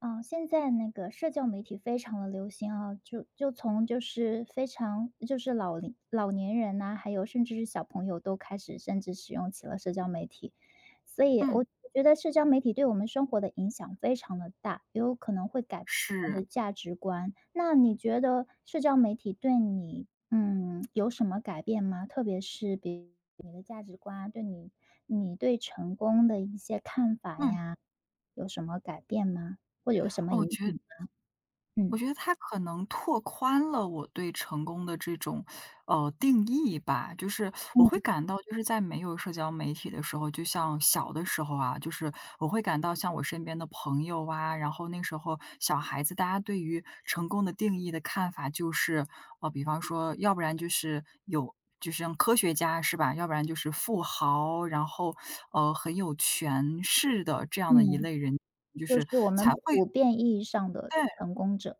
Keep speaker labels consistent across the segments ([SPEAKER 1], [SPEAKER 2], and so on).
[SPEAKER 1] 哦，现在那个社交媒体非常的流行啊，就就从就是非常就是老年人呐、还有甚至是小朋友都开始甚至使用起了社交媒体，所以
[SPEAKER 2] 嗯，
[SPEAKER 1] 我觉得社交媒体对我们生活的影响非常的大，也有可能会改变我们
[SPEAKER 2] 是，
[SPEAKER 1] 的价值观。那你觉得社交媒体对你有什么改变吗？特别是你对成功的一些看法
[SPEAKER 2] 嗯，
[SPEAKER 1] 呀，有什么改变吗？或者有什么
[SPEAKER 2] 哦，
[SPEAKER 1] 影响？
[SPEAKER 2] 我
[SPEAKER 1] 嗯。
[SPEAKER 2] 觉得它可能拓宽了我对成功的这种，定义吧。就是我
[SPEAKER 1] 嗯
[SPEAKER 2] 会感到就是在没有社交媒体的时候，就像小的时候啊，就是我会感到像我身边的朋友啊，然后那时候小孩子，大家对于成功的定义的看法就是，比方说，要不然就是就是像科学家是吧？要不然就是富豪，然后，很有权势的这样的一
[SPEAKER 1] 嗯，
[SPEAKER 2] 类人，就
[SPEAKER 1] 就
[SPEAKER 2] 是
[SPEAKER 1] 是我们
[SPEAKER 2] 才会
[SPEAKER 1] 普遍意义上的
[SPEAKER 2] 对。
[SPEAKER 1] 成功者。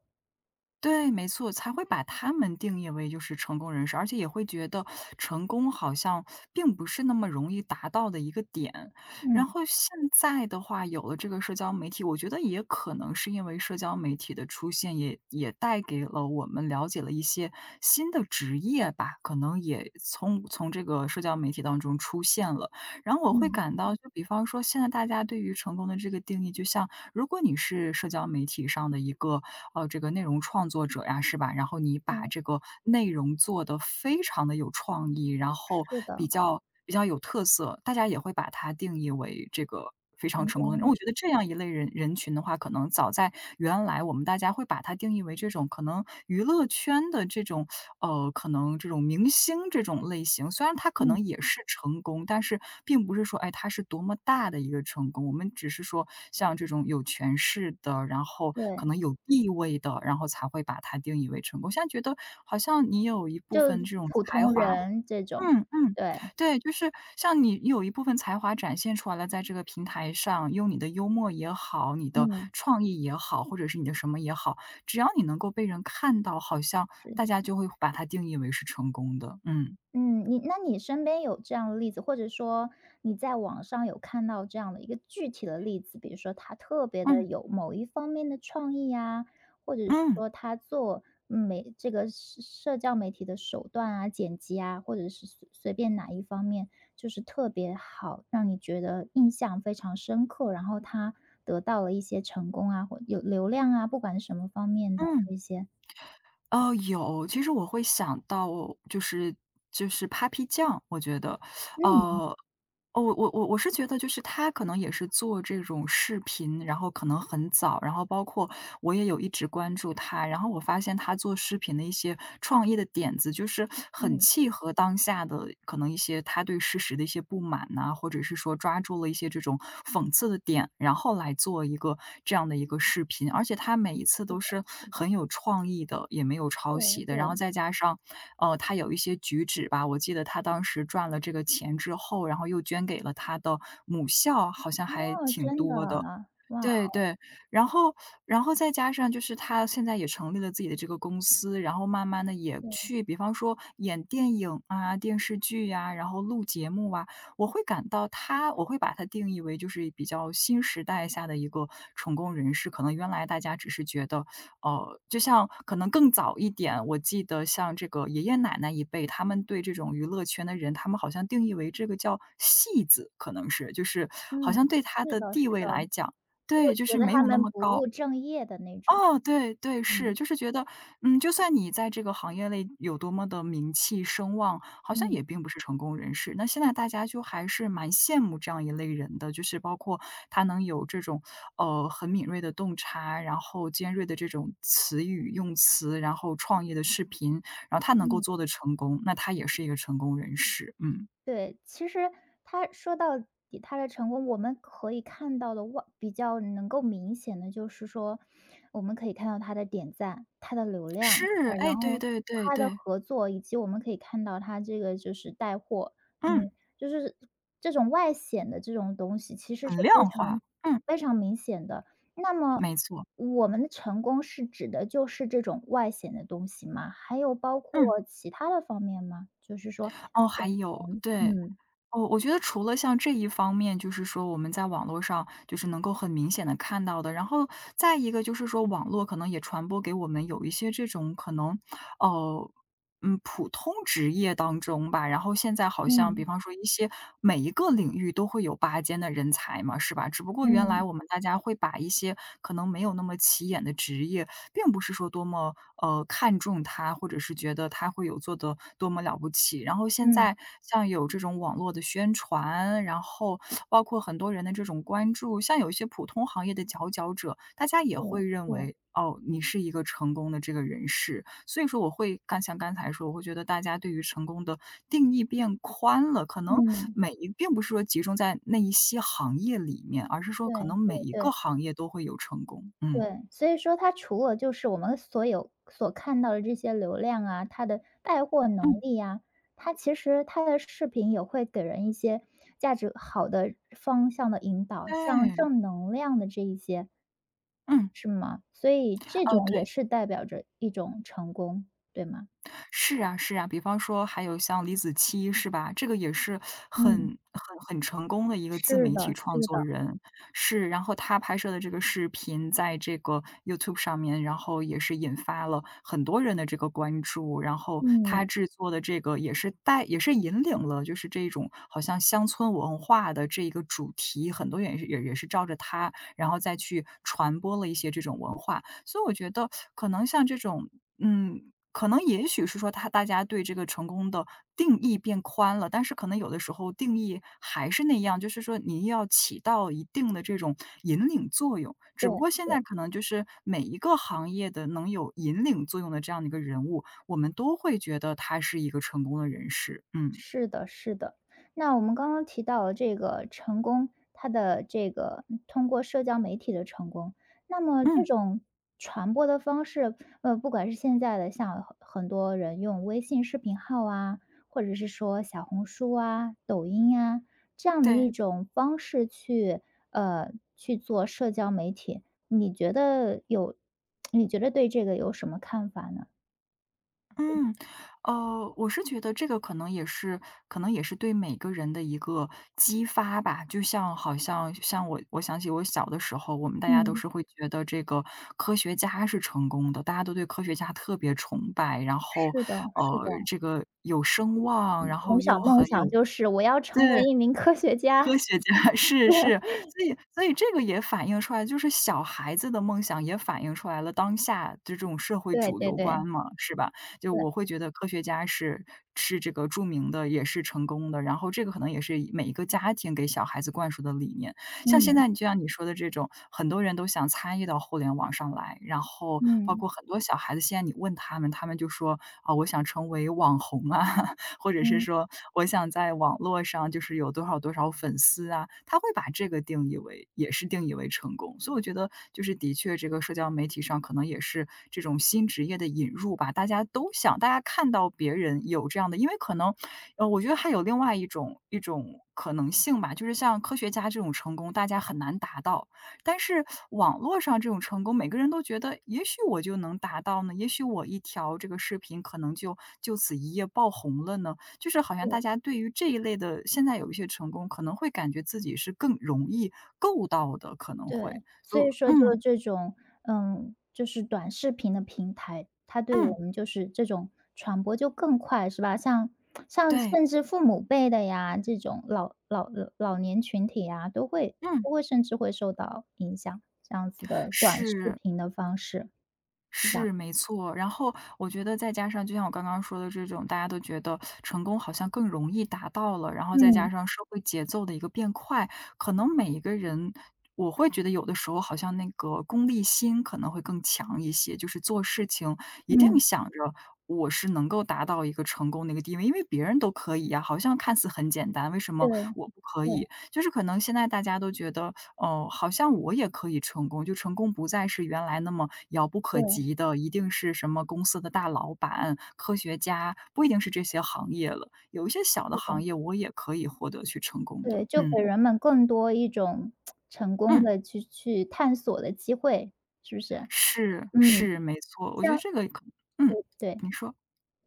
[SPEAKER 2] 对，没错，才会把他们定义为就是成功人士，而且也会觉得成功好像并不是那么容易达到的一个点。
[SPEAKER 1] 嗯
[SPEAKER 2] 然后现在的话，有了这个社交媒体，我觉得也可能是因为社交媒体的出现也带给了我们了解了一些新的职业吧，可能也从这个社交媒体当中出现了。然后我会
[SPEAKER 1] 嗯，
[SPEAKER 2] 感到，就比方说现在大家对于成功的这个定义，就像如果你是社交媒体上的一个这个内容创作者呀，是吧？然后你把
[SPEAKER 1] 对，
[SPEAKER 2] 这个内容做得非常的有创意，然后
[SPEAKER 1] 是的，
[SPEAKER 2] 比较有特色，大家也会把它定义为这个非常
[SPEAKER 1] 成
[SPEAKER 2] 成功的人。
[SPEAKER 1] 功，
[SPEAKER 2] 我觉得这样一类人群的话，可能原来我们大家会把它定义为这种可能娱乐圈的这种，可能这种明星这种类型。虽然他可
[SPEAKER 1] 嗯，
[SPEAKER 2] 能也是成功，但是并不是说，哎，他是多么大的一个成功。我们只是说像这种有权势的，然后可
[SPEAKER 1] 对，
[SPEAKER 2] 能有地位的，然后才会把它定义为成功。现在觉得好像你有一部
[SPEAKER 1] 就
[SPEAKER 2] 分这种
[SPEAKER 1] 普
[SPEAKER 2] 才
[SPEAKER 1] 通
[SPEAKER 2] 华，
[SPEAKER 1] 人这种，
[SPEAKER 2] 嗯嗯，
[SPEAKER 1] 对，
[SPEAKER 2] 对，就是像你有一部分才华展现出来了，在这个平台上，用你的幽默也好，你的
[SPEAKER 1] 嗯，
[SPEAKER 2] 创意也好，或者是你的什么也好，只要你能够被人看到，好像
[SPEAKER 1] 是
[SPEAKER 2] 大
[SPEAKER 1] 的。
[SPEAKER 2] 家就会把它定义为是成功的。嗯
[SPEAKER 1] 嗯，那你身边有这样的例子，或者说你在网上有看到这样的一个具体的例子，比如说他特别的
[SPEAKER 2] 嗯
[SPEAKER 1] 有某一方面的创意啊，或者是
[SPEAKER 2] 嗯
[SPEAKER 1] 说他这个社交媒体的手段啊、剪辑啊，或者是随便哪一方面，就是特别好，让你觉得印象非常深刻，然后他得到了一些成功啊，或有流量啊，不管是什么方面的
[SPEAKER 2] 嗯。
[SPEAKER 1] 这些，
[SPEAKER 2] 哦，有，其实我会想到就是就是 Papi 酱，我觉得，
[SPEAKER 1] 嗯
[SPEAKER 2] 呃，我是觉得就是他可能也是做这种视频，然后可能很早，然后包括我也有一直关注他，然后我发现他做视频的一些创意的点子，就是很
[SPEAKER 1] 嗯，
[SPEAKER 2] 契合当下的可能一些他对事实的一些不满呐、或者是说抓住了一些这种讽刺的点，然后来做一个这样的一个视频。而且他每一次
[SPEAKER 1] 是的，
[SPEAKER 2] 都是
[SPEAKER 1] 是的，
[SPEAKER 2] 很有创意的，也没有抄
[SPEAKER 1] 对
[SPEAKER 2] 袭的。然后
[SPEAKER 1] 对。
[SPEAKER 2] 再加上，他有一些举止吧，我记得他当时赚了这个钱之后，然后又捐给了他的母校，好像
[SPEAKER 1] 哦，
[SPEAKER 2] 还挺
[SPEAKER 1] 真的
[SPEAKER 2] 多的。
[SPEAKER 1] 啊，哇，
[SPEAKER 2] 对对，然后然后再加上就是他现在也成立了自己的这个公司，然后慢慢的也
[SPEAKER 1] 对，
[SPEAKER 2] 去比方说演电影啊、电视剧呀，然后录节目啊，我会感到我会把他定义为就是比较新时代下的一个成功人士。可能原来大家只是觉得，就像可能更早一点，我记得像这个爷爷奶奶一辈，他们对这种娱乐圈的人，他们好像定义为这个叫戏子，可能是，就是好
[SPEAKER 1] 嗯，
[SPEAKER 2] 像对他
[SPEAKER 1] 是
[SPEAKER 2] 的
[SPEAKER 1] 的是
[SPEAKER 2] 地位
[SPEAKER 1] 的，
[SPEAKER 2] 来讲，
[SPEAKER 1] 我
[SPEAKER 2] 对，就
[SPEAKER 1] 觉
[SPEAKER 2] 是
[SPEAKER 1] 得
[SPEAKER 2] 没
[SPEAKER 1] 他
[SPEAKER 2] 有那
[SPEAKER 1] 们
[SPEAKER 2] 么
[SPEAKER 1] 不务
[SPEAKER 2] 高。
[SPEAKER 1] 正业的那种，
[SPEAKER 2] 哦，对对，是，
[SPEAKER 1] 嗯，
[SPEAKER 2] 就是觉得，嗯，就算你在这个行业内有多么的名气声望，好像
[SPEAKER 1] 嗯，
[SPEAKER 2] 也并不是成功人士。那现在大家就还是蛮羡慕这样一类人的，就是包括他能有这种很敏锐的洞察，然后尖锐的这种词语用词，然后创业的视频，然后他能够
[SPEAKER 1] 嗯。
[SPEAKER 2] 做的成功，那他也是一个成功人士。嗯，
[SPEAKER 1] 对，其实他说到底，他的成功我们可以看到的外比较能够明显的就是说，我们可以看到他的点赞、他的流量，
[SPEAKER 2] 是，
[SPEAKER 1] 啊，然
[SPEAKER 2] 哎，对
[SPEAKER 1] 后
[SPEAKER 2] 对对
[SPEAKER 1] 他的
[SPEAKER 2] 对，
[SPEAKER 1] 合作，以及我们可以看到他这个就是带货，嗯，
[SPEAKER 2] 嗯，
[SPEAKER 1] 就是这种外显的这种东西，其实是
[SPEAKER 2] 很
[SPEAKER 1] 非
[SPEAKER 2] 量
[SPEAKER 1] 常
[SPEAKER 2] 化，嗯，
[SPEAKER 1] 非常明显的。那么
[SPEAKER 2] 没错，
[SPEAKER 1] 我们的成功是指的就是这种外显的东西吗？还有包
[SPEAKER 2] 嗯。
[SPEAKER 1] 括其他的方面吗？就是说。
[SPEAKER 2] 哦，还有，对。
[SPEAKER 1] 嗯，
[SPEAKER 2] 哦，我觉得除了像这一方面，就是说我们在网络上就是能够很明显的看到的，然后再一个就是说网络可能也传播给我们有一些这种可能，哦。嗯，普通职业当中吧，然后现在好像
[SPEAKER 1] 嗯，
[SPEAKER 2] 比方说一些每一个领域都会有拔尖的人才嘛，是吧？只不过原来
[SPEAKER 1] 嗯，
[SPEAKER 2] 我们大家会把一些可能没有那么起眼的职业，并不是说多么看重它，或者是觉得它会有做的多么了不起。然后现
[SPEAKER 1] 嗯，
[SPEAKER 2] 在像有这种网络的宣传，然后包括很多人的这种关注，像有一些普通行业的佼佼者，大家也
[SPEAKER 1] 对，
[SPEAKER 2] 会认
[SPEAKER 1] 对，
[SPEAKER 2] 为哦，你是一个成功的这个人士。所以说我会像刚才说，我会觉得大家对于成功的定义变宽了，可能
[SPEAKER 1] 嗯，
[SPEAKER 2] 并不是说集中在那一些行业里面，而是说
[SPEAKER 1] 对，
[SPEAKER 2] 可能每一
[SPEAKER 1] 对，对，
[SPEAKER 2] 个行业都会有成功。嗯，
[SPEAKER 1] 对。所以说它除了就是我们所有所看到的这些流量啊，它的带货能
[SPEAKER 2] 嗯，
[SPEAKER 1] 力呀，它其实它的视频也会给人一些价值好的方向的引导，像
[SPEAKER 2] 对，
[SPEAKER 1] 正能量的这一些，
[SPEAKER 2] 嗯，
[SPEAKER 1] 是吗？所以这
[SPEAKER 2] 哦，
[SPEAKER 1] 种也
[SPEAKER 2] 对。
[SPEAKER 1] 是代表着一种成功，对吗？
[SPEAKER 2] 是啊是啊，比方说还有像李子柒是吧？这个也是很
[SPEAKER 1] 嗯，
[SPEAKER 2] 很很成功的一个自
[SPEAKER 1] 是
[SPEAKER 2] 媒
[SPEAKER 1] 的，
[SPEAKER 2] 体创
[SPEAKER 1] 是的，
[SPEAKER 2] 作人，是。然后他拍摄的这个视频在这个 YouTube 上面，然后也是引发了很多人的这个关注。然后
[SPEAKER 1] 嗯，
[SPEAKER 2] 他制作的这个也是也是引领了就是这种好像乡村文化的这一个主题，很多人也是照着他，然后再去传播了一些这种文化。所以我觉得可能像这种嗯，可能也许是说大家对这个成功的定义变宽了，但是可能有的时候定义还是那样，就是说你要起到一定的这种引领作用。
[SPEAKER 1] 对，
[SPEAKER 2] 只不过现
[SPEAKER 1] 对。
[SPEAKER 2] 在可能就是每一个行业的能有引领作用的这样的一个人物，我们都会觉得他是一个成功的人士。嗯
[SPEAKER 1] 是的，是的。那我们刚刚提到了这个成功，它的这个通过社交媒体的成功，那么这
[SPEAKER 2] 嗯，
[SPEAKER 1] 种传播的方式，呃，不管是现在的像很多人用微信视频号啊，或者是说小红书啊、抖音呀，这样的一
[SPEAKER 2] 对。
[SPEAKER 1] 种方式去，呃，去做社交媒体，你觉得有 你觉得对这个有什么看法呢？
[SPEAKER 2] 嗯，我是觉得这个可能也是，可能也是对每个人的一个激发吧。就像好像像我，我想起我小的时候，我们大家都
[SPEAKER 1] 嗯，
[SPEAKER 2] 是会觉得这个科学家是成功的，大家都对科学家特别崇拜，然后
[SPEAKER 1] 是的，是的。
[SPEAKER 2] 这个有声望，然
[SPEAKER 1] 从
[SPEAKER 2] 后
[SPEAKER 1] 小
[SPEAKER 2] 又
[SPEAKER 1] 梦
[SPEAKER 2] 很有，
[SPEAKER 1] 想就是我要成为
[SPEAKER 2] 对，
[SPEAKER 1] 一名科学家，
[SPEAKER 2] 科学家，是是，所以这个也反映出来，就是小孩子的梦想也反映出来了当下这种社会
[SPEAKER 1] 对
[SPEAKER 2] 主
[SPEAKER 1] 对
[SPEAKER 2] 流
[SPEAKER 1] 对，
[SPEAKER 2] 观嘛，是吧？就
[SPEAKER 1] 对，
[SPEAKER 2] 我会觉得科学家是这个著名的，也是成功的，然后这个可能也是每一个家庭给小孩子灌输的理念。像现
[SPEAKER 1] 嗯，
[SPEAKER 2] 在就像你说的这种，很多人都想参与到互联网上来，然后包
[SPEAKER 1] 嗯，
[SPEAKER 2] 括很多小孩子，现在你问他们，他们就说：“啊，我想成为网红啊。”或者是
[SPEAKER 1] 嗯，
[SPEAKER 2] 说我想在网络上就是有多少多少粉丝啊，他会把这个定义为定义为成功。所以我觉得就是的确这个社交媒体上可能也是这种新职业的引入吧，大家都想，大家看到别人有这样的，因为可能，我觉得还有另外一种可能性吧，就是像科学家这种成功，大家很难达到。但是网络上这种成功，每个人都觉得也许我就能达到呢，也许我一条这个视频可能就此一夜爆红了呢。就是好像
[SPEAKER 1] 是，
[SPEAKER 2] 大家对于这一类的现在有一些成功，可能会感觉自己是更容易够到的，可能会，
[SPEAKER 1] 对。所
[SPEAKER 2] 就
[SPEAKER 1] 以说就是
[SPEAKER 2] 嗯
[SPEAKER 1] 这种，嗯，就是短视频的平台，它对我
[SPEAKER 2] 嗯，
[SPEAKER 1] 们就是这种传播就更快是吧？像
[SPEAKER 2] 对，
[SPEAKER 1] 甚至父母辈的呀，这种老年群体呀，都会
[SPEAKER 2] 嗯，
[SPEAKER 1] 都会甚至会受到影响，这样子的短视
[SPEAKER 2] 是。
[SPEAKER 1] 频的方式，是吧？
[SPEAKER 2] 是，没错。然后我觉得再加上就像我刚刚说的这种，大家都觉得成功好像更容易达到了，然后再加
[SPEAKER 1] 嗯，
[SPEAKER 2] 上社会节奏的一个变快，可能每一个人我会觉得有的时候好像那个功利心可能会更强一些，就是做事情一定
[SPEAKER 1] 嗯，
[SPEAKER 2] 想着我是能够达到一个成功的一个地位，因为别人都可以呀，好像看似很简单，为什
[SPEAKER 1] 对，
[SPEAKER 2] 么我不可
[SPEAKER 1] 对，
[SPEAKER 2] 以？就是可能现在大家都觉得哦，好像我也可以成功，就成功不再是原来那么遥不可
[SPEAKER 1] 对，
[SPEAKER 2] 及的，一定是什么公司的大老板、科学家，不一定是这些行业了。有一些小的
[SPEAKER 1] 是的。
[SPEAKER 2] 行业，我也可以获得去成功的。
[SPEAKER 1] 对，就给
[SPEAKER 2] 嗯
[SPEAKER 1] 人们更多一种成功
[SPEAKER 2] 嗯，
[SPEAKER 1] 的去探索的机会，是不是？
[SPEAKER 2] 是
[SPEAKER 1] 嗯，
[SPEAKER 2] 是，没错，我觉得
[SPEAKER 1] 像
[SPEAKER 2] 这个嗯，
[SPEAKER 1] 对。
[SPEAKER 2] 你说，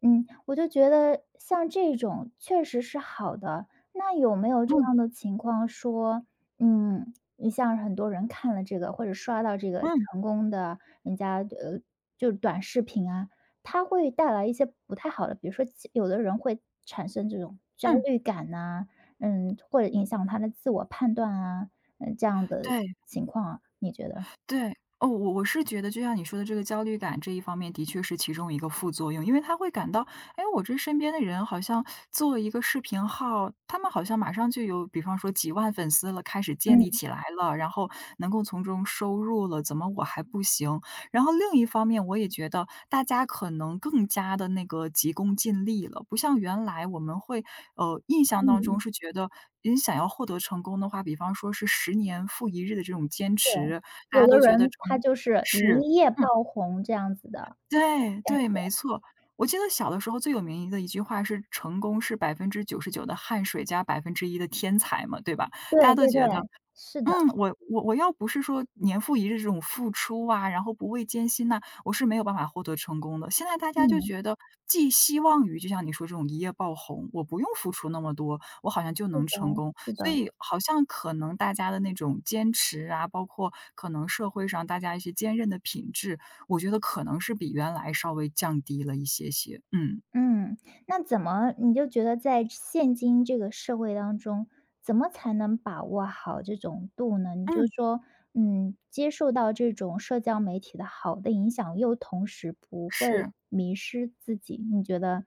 [SPEAKER 1] 嗯，我就觉得像这种确实是好的。那有没有这
[SPEAKER 2] 嗯
[SPEAKER 1] 样的情况说，嗯，你像很多人看了这个或者刷到这个
[SPEAKER 2] 嗯
[SPEAKER 1] 成功的人家呃，就是短视频啊，他会带来一些不太好的，比如说其有的人会产生这种焦
[SPEAKER 2] 嗯，
[SPEAKER 1] 虑感呐，嗯，或者影响他的自我判断啊，嗯，这样的
[SPEAKER 2] 对。
[SPEAKER 1] 情况啊，你觉得？
[SPEAKER 2] 对，哦，我是觉得就像你说的这个焦虑感这一方面的确是其中一个副作用，因为他会感到，哎，我这身边的人好像做一个视频号，他们好像马上就有，比方说几万粉丝了，开始建
[SPEAKER 1] 嗯
[SPEAKER 2] 立起来了，然后能够从中收入了，怎么我还不行？然后另一方面，我也觉得大家可能更加的那个急功近利了，不像原来我们会，印象当
[SPEAKER 1] 嗯，
[SPEAKER 2] 中是觉得。你想要获得成功的话，比方说是十年复一日的这种坚
[SPEAKER 1] 对，
[SPEAKER 2] 持，大
[SPEAKER 1] 有
[SPEAKER 2] 家
[SPEAKER 1] 的
[SPEAKER 2] 都觉得
[SPEAKER 1] 人他就是
[SPEAKER 2] 是，
[SPEAKER 1] 一夜
[SPEAKER 2] 嗯，
[SPEAKER 1] 爆红这样子的。
[SPEAKER 2] 对对，没错。我记得小的时候最有名的一句话是"成功是百分之九十九的汗水加1%的天才"嘛，对吧？大
[SPEAKER 1] 对
[SPEAKER 2] 家都
[SPEAKER 1] 对对，
[SPEAKER 2] 觉得
[SPEAKER 1] 是的，
[SPEAKER 2] 嗯，我要不是说年复一日这种付出啊，然后不畏艰辛呐，我是没有办法获得成功的。现在大家就
[SPEAKER 1] 嗯，
[SPEAKER 2] 觉得寄希望于就像你说这种一夜爆红，我不用付出那么多，我好像就
[SPEAKER 1] 是
[SPEAKER 2] 能
[SPEAKER 1] 的
[SPEAKER 2] 成功。
[SPEAKER 1] 是
[SPEAKER 2] 所
[SPEAKER 1] 的，
[SPEAKER 2] 以好像可能大家的那种坚持啊，包括可能社会上大家一些坚韧的品质，我觉得可能是比原来稍微降低了一些些。嗯，
[SPEAKER 1] 嗯。那怎么你就觉得在现今这个社会当中，怎么才能把握好这种度呢？你就
[SPEAKER 2] 嗯，
[SPEAKER 1] 说，嗯，接受到这种社交媒体的好的影响，又同时不会
[SPEAKER 2] 是，
[SPEAKER 1] 迷失自己，你觉得，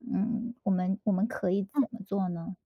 [SPEAKER 1] 嗯，我们可以怎
[SPEAKER 2] 嗯。
[SPEAKER 1] 么做呢？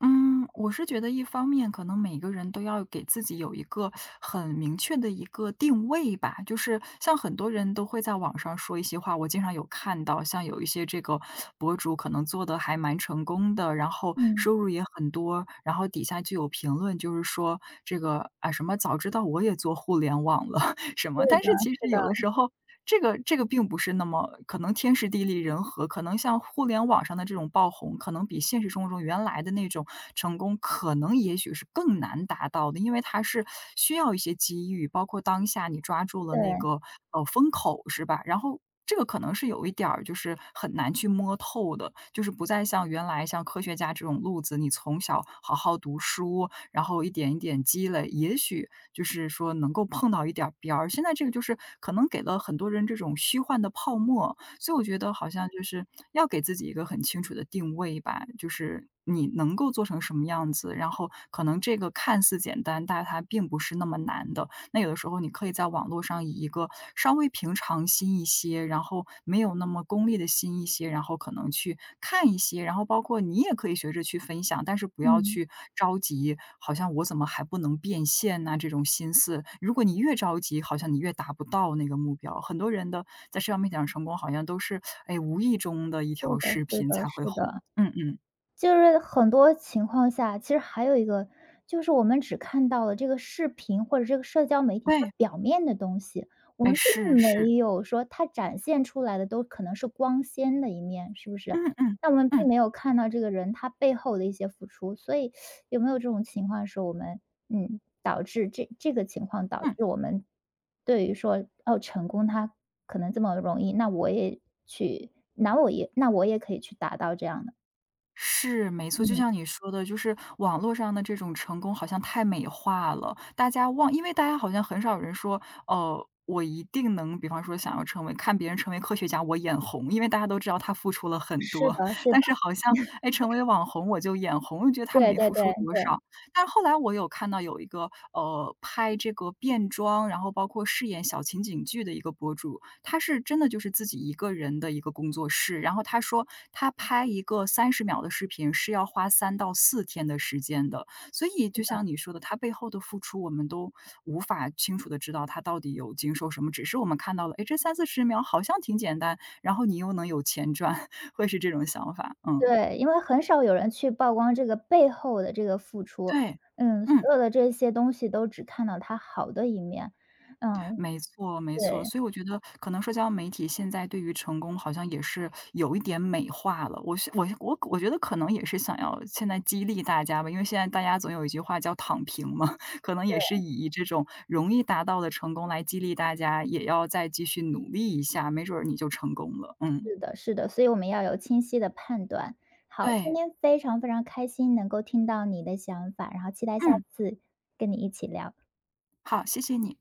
[SPEAKER 2] 嗯，我是觉得一方面可能每个人都要给自己有一个很明确的一个定位吧，就是像很多人都会在网上说一些话，我经常有看到，像有一些这个博主可能做的还蛮成功的，然后
[SPEAKER 1] 嗯，
[SPEAKER 2] 收入也很多，然后底下就有评论，就是说这个啊什么早知道我也做互联网了，什
[SPEAKER 1] 对
[SPEAKER 2] 么。但
[SPEAKER 1] 的，
[SPEAKER 2] 是其实有的时候，这个并不是那么可能天时地利人和，可能像互联网上的这种爆红，可能比现实生活中原来的那种成功，可能也许是更难达到的，因为它是需要一些机遇，包括当下你抓住了那
[SPEAKER 1] 对，
[SPEAKER 2] 个风口，是吧？然后。这个可能是有一点儿，就是很难去摸透的，就是不再像原来像科学家这种路子，你从小好好读书，然后一点一点积累，也许就是说能够碰到一点儿边儿。现在这个就是可能给了很多人这种虚幻的泡沫，所以我觉得好像就是要给自己一个很清楚的定位吧，就是你能够做成什么样子，然后可能这个看似简单，但它并不是那么难的。那有的时候你可以在网络上以一个稍微平常心一些，然后没有那么功利的心一些，然后可能去看一些，然后包括你也可以学着去分享，但是不要
[SPEAKER 1] 嗯，
[SPEAKER 2] 去着急，好像我怎么还不能变现呐、这种心思。如果你越着急，好像你越达不到那个目标。很多人的在社交媒体上成功，好像都是哎无意中的一
[SPEAKER 1] 是
[SPEAKER 2] 条
[SPEAKER 1] 的
[SPEAKER 2] 视
[SPEAKER 1] 是
[SPEAKER 2] 频
[SPEAKER 1] 的，
[SPEAKER 2] 才会
[SPEAKER 1] 是
[SPEAKER 2] 红。
[SPEAKER 1] 的。
[SPEAKER 2] 嗯嗯，
[SPEAKER 1] 就是很多情况下，其实还有一个，就是我们只看到了这个视频或者这个社交媒体它
[SPEAKER 2] 对，
[SPEAKER 1] 表面的东西，我
[SPEAKER 2] 哎
[SPEAKER 1] 们
[SPEAKER 2] 是
[SPEAKER 1] 并
[SPEAKER 2] 是，
[SPEAKER 1] 没有说它展现出来的都可能是光鲜的一面，是不是？
[SPEAKER 2] 嗯嗯
[SPEAKER 1] 那我们并
[SPEAKER 2] 嗯
[SPEAKER 1] 没有看到这个人他背后的一些付出，所以有没有这种情况是我们，嗯，导致这个情况导
[SPEAKER 2] 嗯。
[SPEAKER 1] 致我们对于说，哦，成功它可能这么容易，那我也可以去达到这样的，
[SPEAKER 2] 是，没错，就
[SPEAKER 1] 嗯。
[SPEAKER 2] 像你说的，就是网络上的这种成功好像太美化了，大家忘因为大家好像很少有人说，我一定能，比方说想要成为看别人成为科学家，我眼红，因为大家都知道他付出了很
[SPEAKER 1] 是
[SPEAKER 2] 多，
[SPEAKER 1] 的 是的，
[SPEAKER 2] 但是好像，哎，成为网红我就眼红，我就觉得他
[SPEAKER 1] 对
[SPEAKER 2] 没
[SPEAKER 1] 对
[SPEAKER 2] 付
[SPEAKER 1] 对
[SPEAKER 2] 出多
[SPEAKER 1] 对
[SPEAKER 2] 少。但是后来我有看到有一个，拍这个变装，然后包括饰演小情景剧的一个博主，他是真的就是自己一个人的一个工作室，然后他说他拍一个30秒的视频是要花3到4天的时间的。所以就像你说的，他背后的付出我们都无法清楚的知道他到底有经受什么，只是我们看到了，哎，这三四十秒好像挺简单，然后你又能有钱赚，会是这种想法，嗯，
[SPEAKER 1] 对，因为很少有人去曝光这个背后的这个付出，
[SPEAKER 2] 对，
[SPEAKER 1] 嗯，
[SPEAKER 2] 嗯。
[SPEAKER 1] 所有的这些东西都只看到它好的一面，嗯，
[SPEAKER 2] 没错，没错。
[SPEAKER 1] 对，
[SPEAKER 2] 所以我觉得可能社交媒体现在对于成功好像也是有一点美化了。我是我我我觉得可能也是想要现在激励大家吧，因为现在大家总有一句话叫"躺平"嘛，可能也是以这种容易达到的成功来激励大家，也要再继续努力一下，没准儿你就成功了。嗯，
[SPEAKER 1] 是的是的，所以我们要有清晰的判断。好，今
[SPEAKER 2] 对，
[SPEAKER 1] 天非常非常开心能够听到你的想法，然后期待下
[SPEAKER 2] 嗯，
[SPEAKER 1] 次跟你一起聊。
[SPEAKER 2] 好，谢谢你。